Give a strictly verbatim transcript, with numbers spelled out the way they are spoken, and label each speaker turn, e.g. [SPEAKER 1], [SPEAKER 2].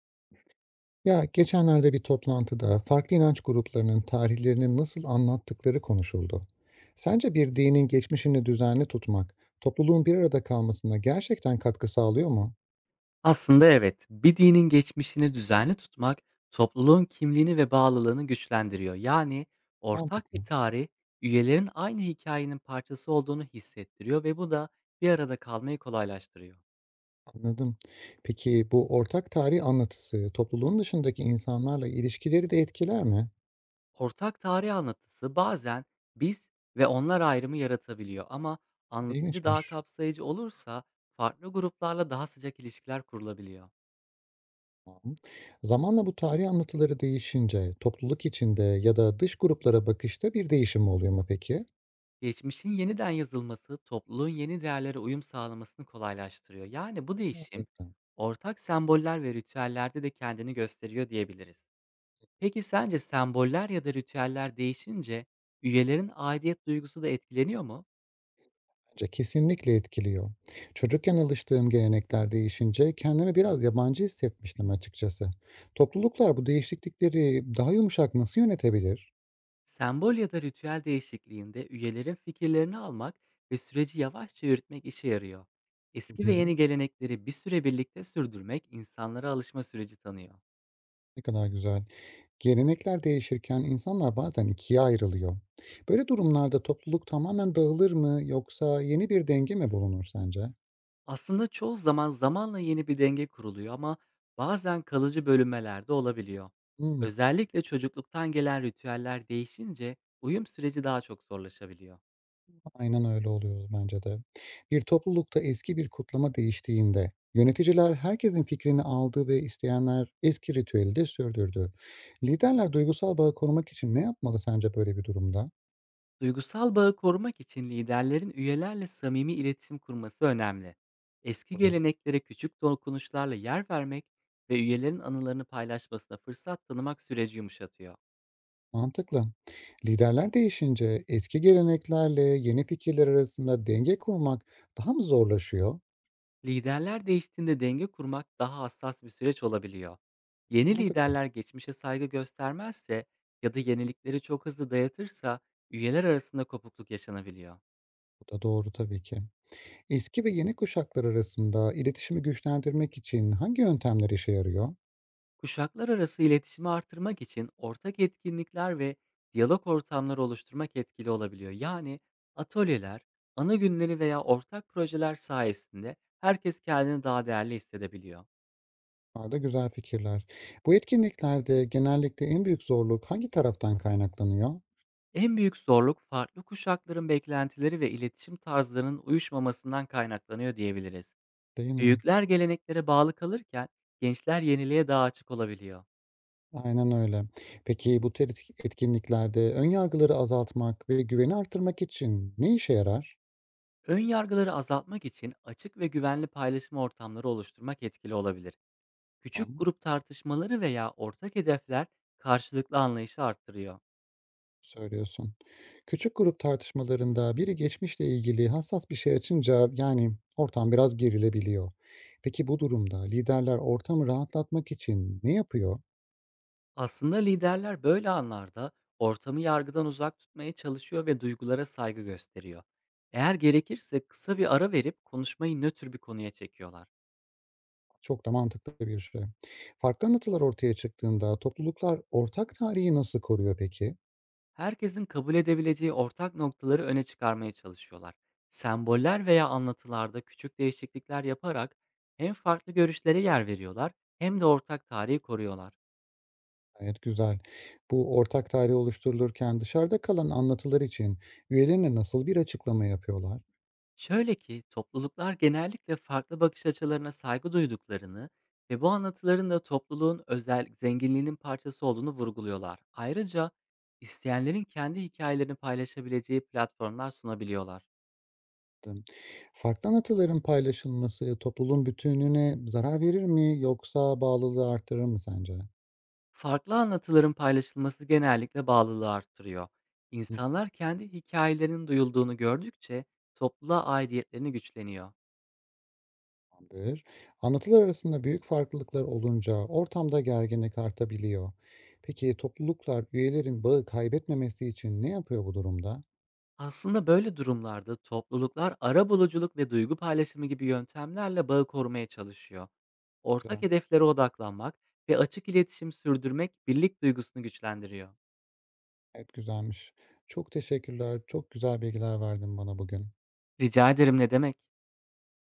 [SPEAKER 1] Ya geçenlerde bir toplantıda farklı inanç gruplarının tarihlerini nasıl anlattıkları konuşuldu. Sence bir dinin geçmişini düzenli tutmak, topluluğun bir arada kalmasına gerçekten katkı sağlıyor mu?
[SPEAKER 2] Aslında evet, bir dinin geçmişini düzenli tutmak topluluğun kimliğini ve bağlılığını güçlendiriyor. Yani ortak bir
[SPEAKER 1] Mantıklı.
[SPEAKER 2] tarih üyelerin aynı hikayenin parçası olduğunu hissettiriyor ve bu da bir arada kalmayı kolaylaştırıyor.
[SPEAKER 1] Anladım. Peki bu ortak tarih anlatısı topluluğun dışındaki insanlarla ilişkileri de etkiler mi?
[SPEAKER 2] Ortak tarih anlatısı bazen biz ve onlar ayrımı yaratabiliyor, ama anlatıcı daha
[SPEAKER 1] İlginçmiş.
[SPEAKER 2] kapsayıcı olursa farklı gruplarla daha sıcak ilişkiler kurulabiliyor.
[SPEAKER 1] Tamam. Zamanla bu tarih anlatıları değişince topluluk içinde ya da dış gruplara bakışta bir değişim oluyor mu peki?
[SPEAKER 2] Geçmişin yeniden yazılması, topluluğun yeni değerlere uyum sağlamasını kolaylaştırıyor. Yani bu değişim, ortak semboller ve ritüellerde de kendini gösteriyor diyebiliriz. Peki sence semboller ya da ritüeller değişince üyelerin aidiyet duygusu da etkileniyor mu?
[SPEAKER 1] Bence kesinlikle etkiliyor. Çocukken alıştığım gelenekler değişince kendimi biraz yabancı hissetmiştim açıkçası. Topluluklar bu değişiklikleri daha yumuşak nasıl yönetebilir?
[SPEAKER 2] Sembol ya da ritüel değişikliğinde üyelerin fikirlerini almak ve süreci yavaşça yürütmek işe yarıyor.
[SPEAKER 1] Hı
[SPEAKER 2] Eski ve
[SPEAKER 1] hı,
[SPEAKER 2] yeni gelenekleri bir süre birlikte sürdürmek insanlara alışma süreci tanıyor.
[SPEAKER 1] ne kadar güzel. Gelenekler değişirken insanlar bazen ikiye ayrılıyor. Böyle durumlarda topluluk tamamen dağılır mı yoksa yeni bir denge mi bulunur sence?
[SPEAKER 2] Aslında çoğu zaman zamanla yeni bir denge kuruluyor, ama bazen kalıcı bölünmeler de olabiliyor.
[SPEAKER 1] Hmm.
[SPEAKER 2] Özellikle çocukluktan gelen ritüeller değişince uyum süreci daha çok zorlaşabiliyor.
[SPEAKER 1] Aynen öyle oluyor bence de. Bir toplulukta eski bir kutlama değiştiğinde yöneticiler herkesin fikrini aldı ve isteyenler eski ritüeli de sürdürdü. Liderler duygusal bağı korumak için ne yapmalı sence böyle bir durumda?
[SPEAKER 2] Duygusal bağı korumak için liderlerin üyelerle samimi iletişim kurması önemli. Eski
[SPEAKER 1] Doğru.
[SPEAKER 2] geleneklere küçük dokunuşlarla yer vermek ve üyelerin anılarını paylaşmasına fırsat tanımak süreci yumuşatıyor.
[SPEAKER 1] Mantıklı. Liderler değişince eski geleneklerle yeni fikirler arasında denge kurmak daha mı zorlaşıyor?
[SPEAKER 2] Liderler değiştiğinde denge kurmak daha hassas bir süreç olabiliyor. Yeni
[SPEAKER 1] Mantıklı.
[SPEAKER 2] liderler geçmişe saygı göstermezse ya da yenilikleri çok hızlı dayatırsa üyeler arasında kopukluk yaşanabiliyor.
[SPEAKER 1] Bu da doğru tabii ki. Eski ve yeni kuşaklar arasında iletişimi güçlendirmek için hangi yöntemler işe yarıyor?
[SPEAKER 2] Kuşaklar arası iletişimi artırmak için ortak etkinlikler ve diyalog ortamları oluşturmak etkili olabiliyor. Yani atölyeler, ana günleri veya ortak projeler sayesinde herkes kendini daha değerli hissedebiliyor.
[SPEAKER 1] Bunlar da güzel fikirler. Bu etkinliklerde genellikle en büyük zorluk hangi taraftan kaynaklanıyor,
[SPEAKER 2] En büyük zorluk farklı kuşakların beklentileri ve iletişim tarzlarının uyuşmamasından kaynaklanıyor diyebiliriz.
[SPEAKER 1] değil mi?
[SPEAKER 2] Büyükler geleneklere bağlı kalırken gençler yeniliğe daha açık olabiliyor.
[SPEAKER 1] Aynen öyle. Peki bu tür etki- etkinliklerde ön yargıları azaltmak ve güveni artırmak için ne işe yarar?
[SPEAKER 2] Ön yargıları azaltmak için açık ve güvenli paylaşım ortamları oluşturmak etkili olabilir. Küçük
[SPEAKER 1] Tamam,
[SPEAKER 2] grup tartışmaları veya ortak hedefler karşılıklı anlayışı arttırıyor.
[SPEAKER 1] söylüyorsun. Küçük grup tartışmalarında biri geçmişle ilgili hassas bir şey açınca yani ortam biraz gerilebiliyor. Peki bu durumda liderler ortamı rahatlatmak için ne yapıyor?
[SPEAKER 2] Aslında liderler böyle anlarda ortamı yargıdan uzak tutmaya çalışıyor ve duygulara saygı gösteriyor. Eğer gerekirse kısa bir ara verip konuşmayı nötr bir konuya çekiyorlar.
[SPEAKER 1] Çok da mantıklı bir şey. Farklı anlatılar ortaya çıktığında topluluklar ortak tarihi nasıl koruyor peki?
[SPEAKER 2] Herkesin kabul edebileceği ortak noktaları öne çıkarmaya çalışıyorlar. Semboller veya anlatılarda küçük değişiklikler yaparak hem farklı görüşlere yer veriyorlar, hem de ortak tarihi koruyorlar.
[SPEAKER 1] Evet, güzel. Bu ortak tarih oluşturulurken dışarıda kalan anlatılar için üyelerine nasıl bir açıklama yapıyorlar?
[SPEAKER 2] Şöyle ki, topluluklar genellikle farklı bakış açılarına saygı duyduklarını ve bu anlatıların da topluluğun özel zenginliğinin parçası olduğunu vurguluyorlar. Ayrıca isteyenlerin kendi hikayelerini paylaşabileceği platformlar sunabiliyorlar.
[SPEAKER 1] Dım. Farklı anlatıların paylaşılması topluluğun bütünlüğüne zarar verir mi yoksa bağlılığı arttırır mı sence?
[SPEAKER 2] Farklı anlatıların paylaşılması genellikle bağlılığı arttırıyor. İnsanlar kendi hikayelerinin duyulduğunu gördükçe topluluğa aidiyetlerini güçleniyor.
[SPEAKER 1] Dır. Anlatılar arasında büyük farklılıklar olunca ortamda gerginlik artabiliyor. Peki topluluklar üyelerin bağı kaybetmemesi için ne yapıyor bu durumda?
[SPEAKER 2] Aslında böyle durumlarda topluluklar arabuluculuk ve duygu paylaşımı gibi yöntemlerle bağı korumaya çalışıyor. Ortak
[SPEAKER 1] Güzel.
[SPEAKER 2] hedeflere odaklanmak ve açık iletişim sürdürmek birlik duygusunu güçlendiriyor.
[SPEAKER 1] Evet, güzelmiş. Çok teşekkürler. Çok güzel bilgiler verdin bana bugün.
[SPEAKER 2] Rica ederim, ne demek?